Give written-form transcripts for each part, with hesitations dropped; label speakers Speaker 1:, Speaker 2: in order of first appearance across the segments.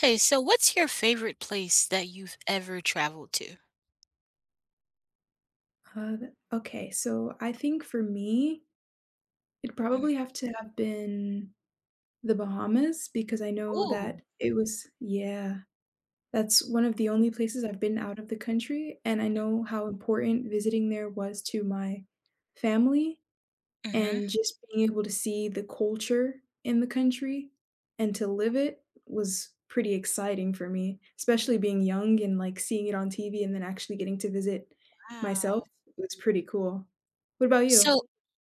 Speaker 1: Hey, so what's your favorite place that you've ever traveled to?
Speaker 2: So I think for me, it'd
Speaker 1: Mm.
Speaker 2: probably have to have been the Bahamas because I know
Speaker 1: Ooh.
Speaker 2: that it was, yeah, that's one of the only places I've been out of the country, and I
Speaker 1: Mm,
Speaker 2: know how important visiting there was to my family
Speaker 1: mhm.
Speaker 2: and just being able to see the culture in the country and to live it was pretty exciting for me, especially being young and, like, seeing it on TV and then actually getting to visit myself
Speaker 1: Wow.
Speaker 2: was pretty cool. What about you?
Speaker 1: So,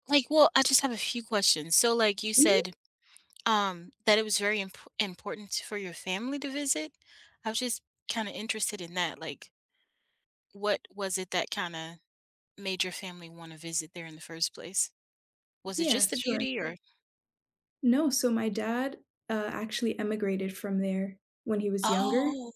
Speaker 1: like, well, I just have a few questions. So, like, you
Speaker 2: Mhm.
Speaker 1: said that it was very important for your family to visit. I was just kind of interested in that. Like, what was it that kind of made your family want to visit there in the first place? Was it
Speaker 2: Yeah,
Speaker 1: just the
Speaker 2: sure.
Speaker 1: beauty, or
Speaker 2: No, so my dad, actually emigrated from there when he was younger,
Speaker 1: oh,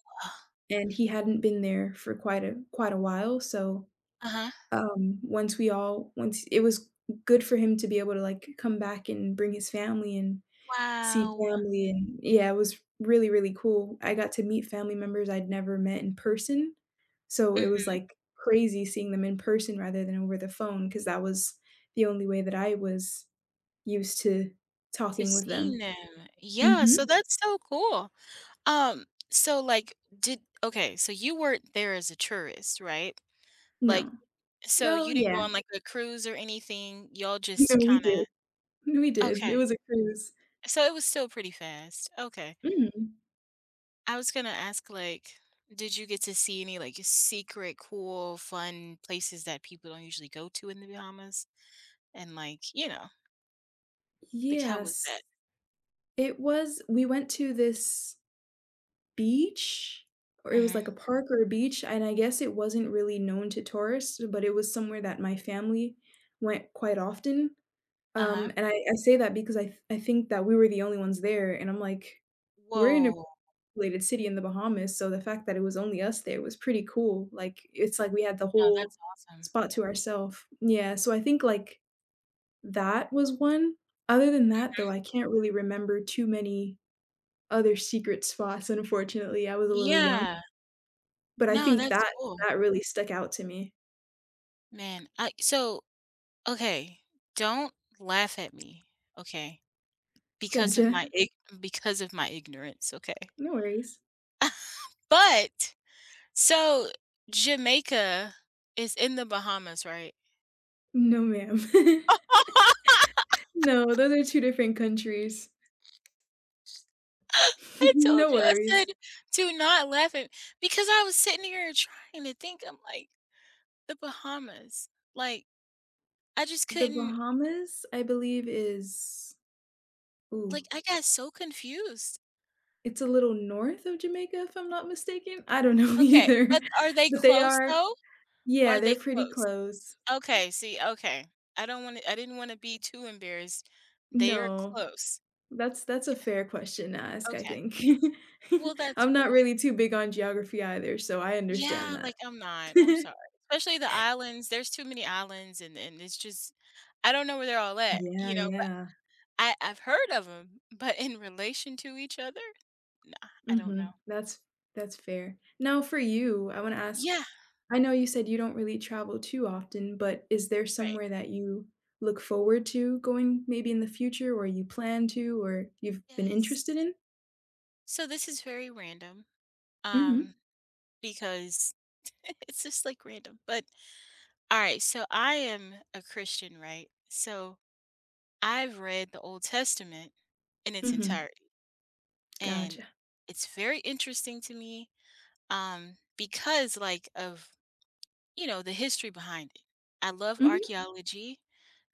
Speaker 2: and he hadn't been there for quite a while, so,
Speaker 1: uh huh,
Speaker 2: once we all once it was good for him to be able to, like, come back and bring his family and see
Speaker 1: wow,
Speaker 2: family, and yeah, it was really, really cool. I got to meet family members I'd never met in person, so it was,
Speaker 1: hmm,
Speaker 2: like, crazy seeing them in person rather than over the phone because that was the only way that I was used to
Speaker 1: to
Speaker 2: talking with them.
Speaker 1: seeing them? Yeah,
Speaker 2: Mhm.
Speaker 1: so that's so cool. So like did okay, so you weren't there as a tourist, right? Like
Speaker 2: No.
Speaker 1: so
Speaker 2: Oh,
Speaker 1: you didn't
Speaker 2: yeah.
Speaker 1: go on like a cruise or anything. Y'all just
Speaker 2: No, we
Speaker 1: kinda.
Speaker 2: did. We did. It
Speaker 1: Okay.
Speaker 2: was a cruise.
Speaker 1: So it was still pretty fast. Okay.
Speaker 2: Mm.
Speaker 1: I was gonna ask like did you get to see any like secret, cool, fun places that people don't usually go to in the Bahamas? And like, you know, like how was
Speaker 2: Yes.
Speaker 1: that?
Speaker 2: It was we went to this beach, or it was
Speaker 1: Hmm.
Speaker 2: like a park or a beach, and I guess it wasn't really known to tourists, but it was somewhere that my family went quite often,
Speaker 1: Uh-huh.
Speaker 2: and I say that because I think that we were the only ones there, and I'm like, "We're in a
Speaker 1: Whoa.
Speaker 2: populated city in the Bahamas, so the fact that it was only us there was pretty cool." Like, it's like we had the
Speaker 1: No,
Speaker 2: whole
Speaker 1: that's awesome.
Speaker 2: spot to ourselves. Yeah, so I think, like, that was one. Other than that, though, I can't really remember too many other secret spots. Unfortunately, I was a little young.
Speaker 1: Yeah.
Speaker 2: But I
Speaker 1: No,
Speaker 2: think
Speaker 1: that's
Speaker 2: that
Speaker 1: cool.
Speaker 2: that really stuck out to me.
Speaker 1: Man, I so okay, don't laugh at me, okay, because of
Speaker 2: Gotcha.
Speaker 1: my ig because of my ignorance, okay?
Speaker 2: No worries.
Speaker 1: But so Jamaica is in the Bahamas, right?
Speaker 2: No, ma'am. No, those are 2 different countries.
Speaker 1: I
Speaker 2: No
Speaker 1: told you, I said,
Speaker 2: worries.
Speaker 1: "Do not laugh at" me, because I was sitting here trying to think, I'm like, "The Bahamas." Like, I just
Speaker 2: The
Speaker 1: couldn't.
Speaker 2: Bahamas, I believe, is ooh,
Speaker 1: Like, I got so confused.
Speaker 2: it's a little north of Jamaica, if I'm not mistaken? I don't know,
Speaker 1: Okay,
Speaker 2: either,
Speaker 1: but are they
Speaker 2: but they
Speaker 1: close,
Speaker 2: are
Speaker 1: though?
Speaker 2: yeah,
Speaker 1: Are
Speaker 2: they're
Speaker 1: they
Speaker 2: pretty
Speaker 1: close?
Speaker 2: close.
Speaker 1: Okay, see, okay. I didn't wanna be too embarrassed. They are
Speaker 2: No,
Speaker 1: close.
Speaker 2: that's a fair question to ask, I
Speaker 1: Okay.
Speaker 2: think.
Speaker 1: Well, that's
Speaker 2: I'm not
Speaker 1: cool.
Speaker 2: really too big on geography either, so I understand
Speaker 1: Yeah,
Speaker 2: that.
Speaker 1: like, I'm not, I'm sorry. Especially the islands, there's too many islands and it's just I don't know where they're all at,
Speaker 2: Yeah,
Speaker 1: but
Speaker 2: yeah.
Speaker 1: I've heard of them. But in relation to each other, I don't
Speaker 2: Mhm.
Speaker 1: know.
Speaker 2: That's fair. Now for you, I wanna ask,
Speaker 1: Yeah,
Speaker 2: I know you said you don't really travel too often, but is there
Speaker 1: right.
Speaker 2: somewhere that you look forward to going maybe in the future, or you plan to, or you've been interested
Speaker 1: Yes.
Speaker 2: in?
Speaker 1: So this is very random,
Speaker 2: Mhm,
Speaker 1: um, because it's just, like, random, but alright, so I am a Christian, right? So I've read the Old Testament in its
Speaker 2: mhm,
Speaker 1: entirety, and
Speaker 2: gotcha.
Speaker 1: it's very interesting to me, because, like, of you know the history behind it. I love
Speaker 2: Mhm.
Speaker 1: archaeology,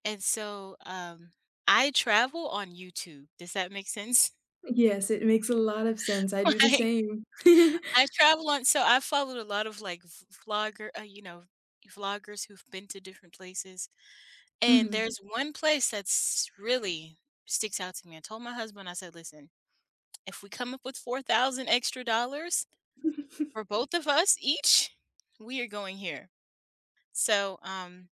Speaker 1: and so, I travel on YouTube. Does that make sense?
Speaker 2: Yes, it makes a lot of sense, I do the
Speaker 1: Like,
Speaker 2: same.
Speaker 1: so I followed a lot of like vloggers who've been to different places, and
Speaker 2: Mhm.
Speaker 1: there's one place that's really sticks out to me. I told my husband, I said, "Listen." If we come up with 4,000 extra dollars for both of us each, we are going here. So,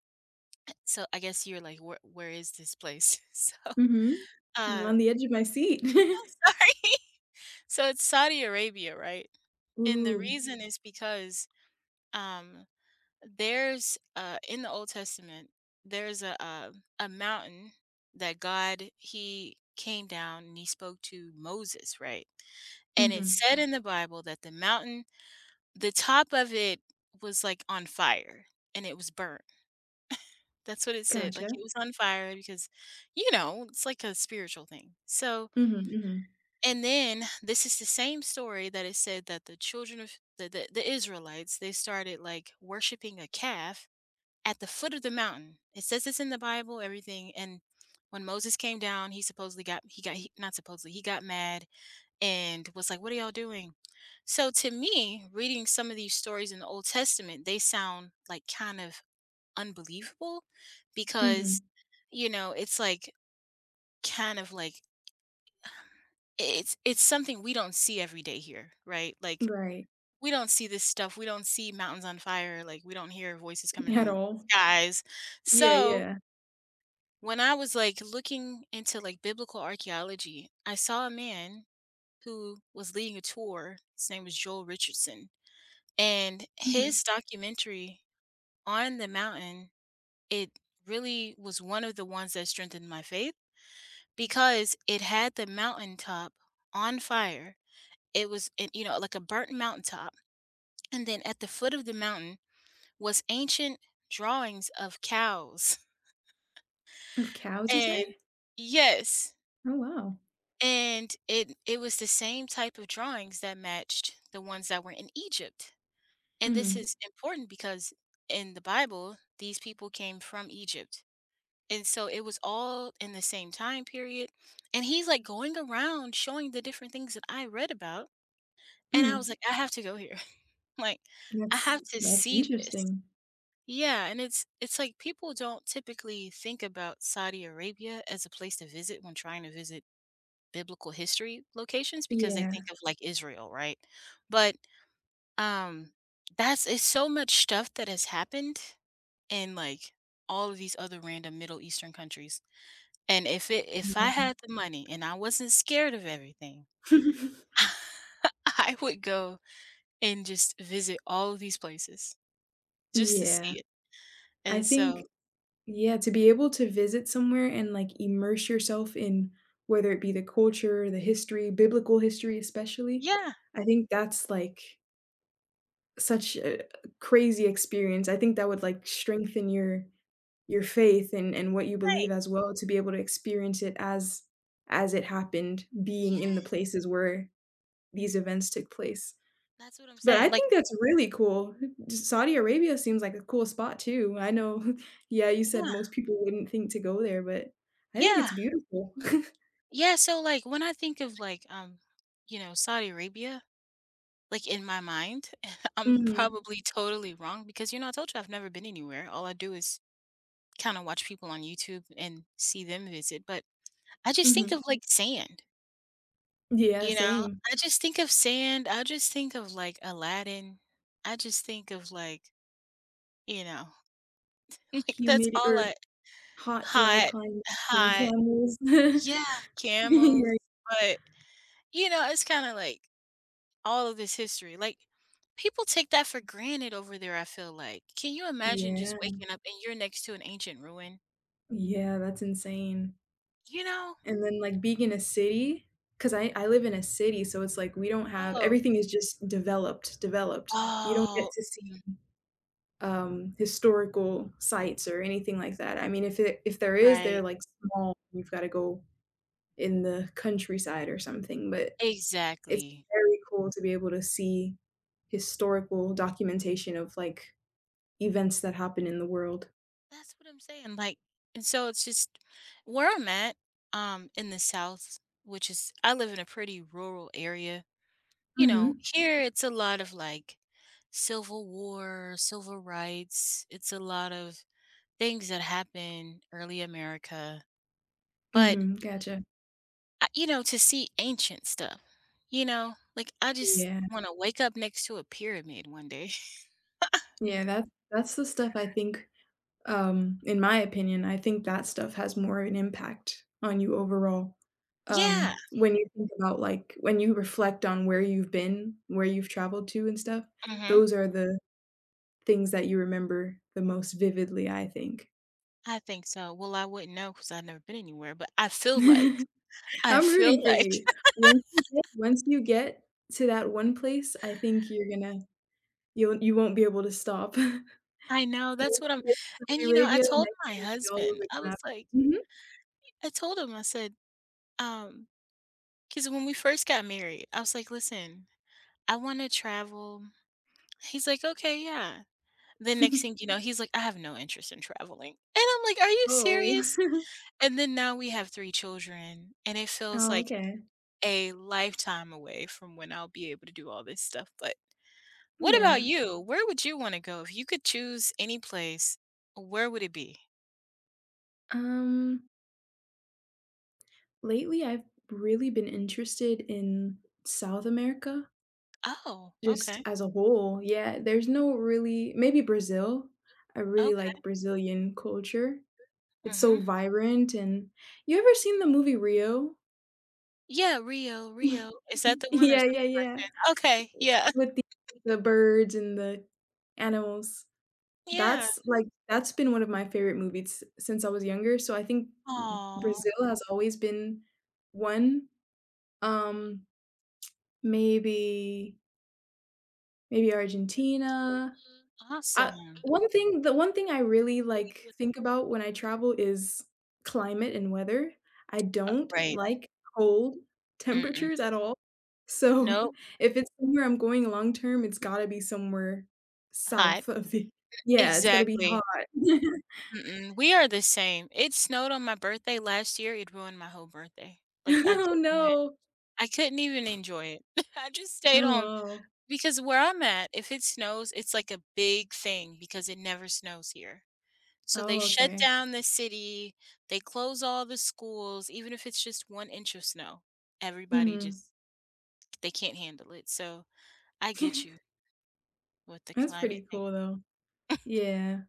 Speaker 1: so I guess you're like, where is this place? So,
Speaker 2: Mhm. I'm
Speaker 1: uh,
Speaker 2: on the edge of my seat.
Speaker 1: sorry. So it's Saudi Arabia, right? And the
Speaker 2: Ooh,
Speaker 1: reason is because, um, there's, in the Old Testament, there's a mountain that God, he came down and he spoke to Moses, right? And it
Speaker 2: mhm,
Speaker 1: said in the Bible that the mountain. The top of it was, like, on fire, and it was burnt. That's what it said,
Speaker 2: gotcha.
Speaker 1: like, it was on fire because, it's like a spiritual thing. So
Speaker 2: Mhm, mhm,
Speaker 1: and then this is the same story that it said that the children of the Israelites, they started, like, worshiping a calf at the foot of the mountain. It says this in the Bible, everything, and when Moses came down, he not supposedly, he got mad and was like, "What are y'all doing?" So to me, reading some of these stories in the Old Testament, they sound like kind of unbelievable
Speaker 2: mhm.
Speaker 1: because, it's like kind of like it's something we don't see every day here, right? Like
Speaker 2: Right.
Speaker 1: we don't see this stuff. We don't see mountains on fire. Like we don't hear voices coming
Speaker 2: At
Speaker 1: from the
Speaker 2: all.
Speaker 1: skies.
Speaker 2: Yeah,
Speaker 1: So
Speaker 2: yeah.
Speaker 1: when I was like looking into like biblical archaeology, I saw a man who was leading a tour. His name was Joel Richardson. And
Speaker 2: Mhm.
Speaker 1: his documentary on the mountain, it really was one of the ones that strengthened my faith because it had the mountaintop on fire. It was, like a burnt mountaintop. And then at the foot of the mountain was ancient drawings of cows.
Speaker 2: Of cows, you
Speaker 1: And
Speaker 2: say?
Speaker 1: yes,
Speaker 2: Oh, wow.
Speaker 1: and it was the same type of drawings that matched the ones that were in Egypt. And this
Speaker 2: Mhm.
Speaker 1: is important because in the Bible, these people came from Egypt. And so it was all in the same time period. And he's like going around showing the different things that I read about. And I
Speaker 2: Mm.
Speaker 1: was like, I have to go here. Like, I
Speaker 2: That's
Speaker 1: have to
Speaker 2: that's
Speaker 1: see this.
Speaker 2: interesting.
Speaker 1: Yeah. And it's like people don't typically think about Saudi Arabia as a place to visit when trying to visit biblical history locations because they
Speaker 2: Yeah.
Speaker 1: think of like Israel, right? But um that's it's so much stuff that has happened in like all of these other random Middle Eastern countries. And if I
Speaker 2: Yeah.
Speaker 1: had the money and I wasn't scared of everything, I would go and just visit all of these places just to
Speaker 2: Yeah.
Speaker 1: see it.
Speaker 2: I
Speaker 1: And so
Speaker 2: think yeah, to be able to visit somewhere and, like, immerse yourself in whether it be the culture, the history, biblical history especially,
Speaker 1: yeah,
Speaker 2: I think that's, like, such a crazy experience. I think that would, like, strengthen your faith and what you
Speaker 1: right.
Speaker 2: believe as well, to be able to experience it as it happened, being in the
Speaker 1: Yes,
Speaker 2: places where these events took place.
Speaker 1: that's what I'm
Speaker 2: But I
Speaker 1: saying. Like,
Speaker 2: think that's really cool. Saudi Arabia seems like a cool spot too. I know, yeah, you said
Speaker 1: yeah,
Speaker 2: most people wouldn't think to go there, but I think it's
Speaker 1: yeah,
Speaker 2: beautiful.
Speaker 1: yeah. So like when I think of like, Saudi Arabia, like in my mind, I'm
Speaker 2: Mhm,
Speaker 1: probably totally wrong because you know I told you I've never been anywhere. All I do is kind of watch people on YouTube and see them visit. But I just think
Speaker 2: mhm.
Speaker 1: of like sand.
Speaker 2: Yeah,
Speaker 1: You know,
Speaker 2: same.
Speaker 1: I just think of sand, I just think of, like, Aladdin, I just think of, like, you know, like, that's
Speaker 2: Humid
Speaker 1: all
Speaker 2: or
Speaker 1: I.
Speaker 2: hot, dry
Speaker 1: Hot,
Speaker 2: climates and
Speaker 1: hot.
Speaker 2: camels.
Speaker 1: Yeah, camels,
Speaker 2: Right.
Speaker 1: but, it's kinda like all of this history, like, people take that for granted over there, I feel like. Can you imagine just
Speaker 2: Yeah.
Speaker 1: waking up and you're next to an ancient ruin?
Speaker 2: Yeah, that's insane.
Speaker 1: You know?
Speaker 2: And then, like, being in a city, because I live in a city, so it's like we don't have
Speaker 1: Oh.
Speaker 2: everything is just developed, developed. You don't get
Speaker 1: Oh,
Speaker 2: to see
Speaker 1: mm,
Speaker 2: historical sites or anything like that. I mean, if it if there is, they're,
Speaker 1: right.
Speaker 2: like, small, you've gotta go in the countryside or something, but it's
Speaker 1: Exactly.
Speaker 2: very cool to be able to see historical documentation of, like, events that happen in the world.
Speaker 1: That's what I'm saying, like, and so it's just where I'm at, in the South, which is I live in a pretty rural area.
Speaker 2: Mhm.
Speaker 1: Here it's a lot of, like, Civil War, civil rights, it's a lot of things that happened early America, but,
Speaker 2: Mm, gotcha.
Speaker 1: to see ancient stuff, you know? Like, I just
Speaker 2: Yeah.
Speaker 1: wanna wake up next to a pyramid one day.
Speaker 2: Yeah, that's the stuff I think. In my opinion, I think that stuff has more of an impact on you overall.
Speaker 1: Yeah,
Speaker 2: When you think about, like when you reflect on where you've been, where you've traveled to and stuff,
Speaker 1: mhm,
Speaker 2: those are the things that you remember the most vividly, I think.
Speaker 1: I think so, well, I wouldn't know because 'cause I've never been anywhere, but I feel like I
Speaker 2: I'm
Speaker 1: feel
Speaker 2: rooting for
Speaker 1: like
Speaker 2: you. Once you get to that one place, I think you're gonna you won't be able to stop.
Speaker 1: I know, that's
Speaker 2: Once
Speaker 1: what
Speaker 2: you
Speaker 1: I'm.
Speaker 2: get to
Speaker 1: and,
Speaker 2: Saudi
Speaker 1: you know, I
Speaker 2: Arabia,
Speaker 1: told
Speaker 2: next
Speaker 1: my
Speaker 2: you'll be all over
Speaker 1: husband,
Speaker 2: the
Speaker 1: I was
Speaker 2: map.
Speaker 1: like I told him, I said, um because when we first got married, I was like, "Listen, I wanna travel." He's like, "Okay, yeah." The next
Speaker 2: Mhm.
Speaker 1: thing you know, he's like, "I have no interest in traveling." And I'm like, "Are you
Speaker 2: Oh.
Speaker 1: serious?" And then now we have three children, and it feels
Speaker 2: Oh,
Speaker 1: like
Speaker 2: okay.
Speaker 1: a lifetime away from when I'll be able to do all this stuff, but what about
Speaker 2: Yeah.
Speaker 1: you? Where would you wanna go? If you could choose any place, where would it be?
Speaker 2: Um, Lately I've really been interested in South America
Speaker 1: Oh,
Speaker 2: just
Speaker 1: okay,
Speaker 2: as a whole. Yeah, there's no really maybe Brazil. I really like
Speaker 1: okay,
Speaker 2: Brazilian culture. It's so
Speaker 1: mhm.
Speaker 2: vibrant and you ever seen the movie Rio?
Speaker 1: Yeah, Rio, Rio. Is that the one or
Speaker 2: Yeah,
Speaker 1: is that
Speaker 2: yeah,
Speaker 1: the
Speaker 2: yeah.
Speaker 1: cartoon? Okay, yeah,
Speaker 2: With the birds and the animals.
Speaker 1: yeah.
Speaker 2: That's like that's been one of my favorite movies since I was younger, so I think
Speaker 1: Oh,
Speaker 2: Brazil has always been one. Um, Maybe maybe Argentina. I
Speaker 1: awesome.
Speaker 2: one thing I really, like, think about when I travel is climate and weather. I don't
Speaker 1: Right,
Speaker 2: like cold
Speaker 1: mm-mm.
Speaker 2: temperatures at all. So,
Speaker 1: Nope,
Speaker 2: if it's somewhere I'm going long term, it's gotta be somewhere
Speaker 1: hot.
Speaker 2: south of the Yeah, it's got to be
Speaker 1: Exactly,
Speaker 2: hot.
Speaker 1: mm-mm. We are the same. It snowed on my birthday last year, it ruined my whole birthday. Like, I
Speaker 2: Oh,
Speaker 1: couldn't even
Speaker 2: no.
Speaker 1: I couldn't even enjoy it. I just stayed
Speaker 2: Oh,
Speaker 1: home
Speaker 2: wow.
Speaker 1: because where I'm at, if it snows, it's like a big thing because it never snows here. So they
Speaker 2: Oh,
Speaker 1: shut
Speaker 2: okay.
Speaker 1: down the city, they close all the schools, even if it's just 1 inch of snow. Everybody
Speaker 2: Mhm.
Speaker 1: just They can't handle it, so I get you with the
Speaker 2: That's
Speaker 1: climate
Speaker 2: pretty
Speaker 1: thing.
Speaker 2: cool, though. Yeah.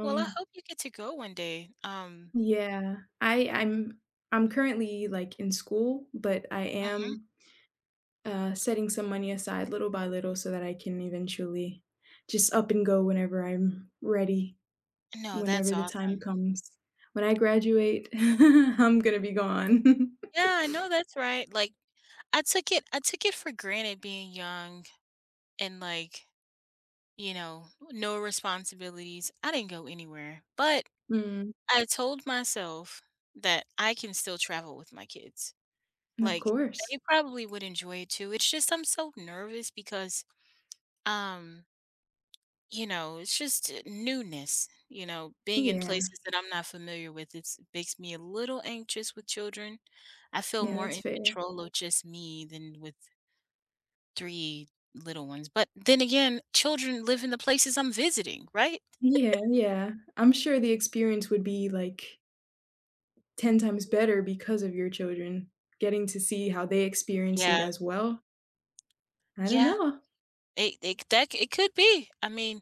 Speaker 1: Well, I hope you get to go one day.
Speaker 2: Yeah, I'm I'm currently, like, in school, but I
Speaker 1: Mhm.
Speaker 2: am, setting some money aside little by little so that I can eventually just up and go whenever I'm ready,
Speaker 1: No, that's
Speaker 2: whenever the time
Speaker 1: awesome.
Speaker 2: comes. When I graduate, I'm gonna be gone.
Speaker 1: Yeah, I know that's right, like, I took it for granted being young and, like, no responsibilities. I didn't go anywhere, but
Speaker 2: Mm,
Speaker 1: I told myself that I can still travel with my kids.
Speaker 2: of
Speaker 1: Like,
Speaker 2: course.
Speaker 1: they probably would enjoy it too. It's just I'm so nervous because, um, it's just newness. Being in
Speaker 2: Yeah,
Speaker 1: places that I'm not familiar with, it makes me a little anxious with children. I feel
Speaker 2: yeah,
Speaker 1: more
Speaker 2: that's
Speaker 1: in
Speaker 2: fair.
Speaker 1: control of just me than with three little ones. But then again, children live in the places I'm visiting, right?
Speaker 2: Yeah, yeah. I'm sure the experience would be, like, 10 times better because of your children, getting to see how they experienced it
Speaker 1: Yeah,
Speaker 2: as well. I don't
Speaker 1: yeah.
Speaker 2: know.
Speaker 1: It it could be. I mean,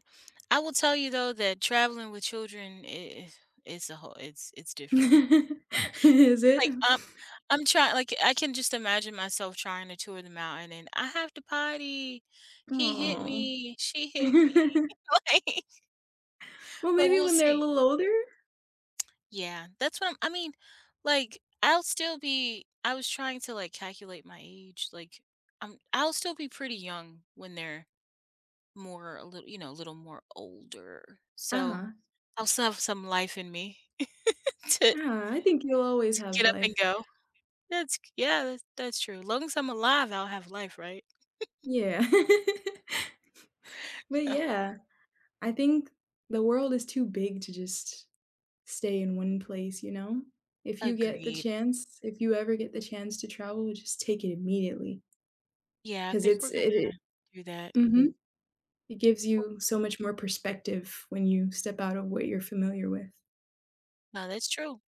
Speaker 1: I will tell you though that traveling with children is it's a whole. It's different.
Speaker 2: Is
Speaker 1: Like
Speaker 2: it?
Speaker 1: I'm trying like, I can just imagine myself trying to tour the mountain and I have to potty. He hit
Speaker 2: Oh.
Speaker 1: me, she hit me, like,
Speaker 2: Well,
Speaker 1: but
Speaker 2: maybe
Speaker 1: we'll
Speaker 2: when they're a
Speaker 1: see.
Speaker 2: little older?
Speaker 1: Yeah, that's what I'm I mean, like, I'll still be I was trying to, like, calculate my age, like, I'll still be pretty young when they're more a little you know, a little more older. So,
Speaker 2: Uh-huh.
Speaker 1: I'll still have some life in me to
Speaker 2: Ah, I think you'll always
Speaker 1: to
Speaker 2: have
Speaker 1: get up
Speaker 2: life.
Speaker 1: and go. That's Yeah, that's true. As long as I'm alive, I'll have life, right?
Speaker 2: Yeah. But, yeah, I think the world is too big to just stay in one place, you know? If you get the
Speaker 1: Agreed.
Speaker 2: chance if you ever get the chance to travel, just take it immediately
Speaker 1: Yeah, I
Speaker 2: because
Speaker 1: think
Speaker 2: it's
Speaker 1: we're gonna
Speaker 2: it it
Speaker 1: do that.
Speaker 2: Mhm. It gives you so much more perspective when you step out of what you're familiar with.
Speaker 1: No, that's true.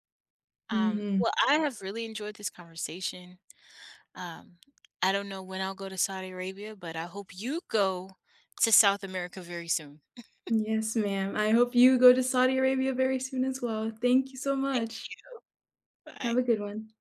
Speaker 2: Mhm.
Speaker 1: Well, I have really enjoyed this conversation. Um, I don't know when I'll go to Saudi Arabia, but I hope you go to South America very soon.
Speaker 2: Yes, ma'am. I hope you go to Saudi Arabia very soon as well. Thank you so
Speaker 1: Thank
Speaker 2: much.
Speaker 1: you. Bye.
Speaker 2: Have a good one.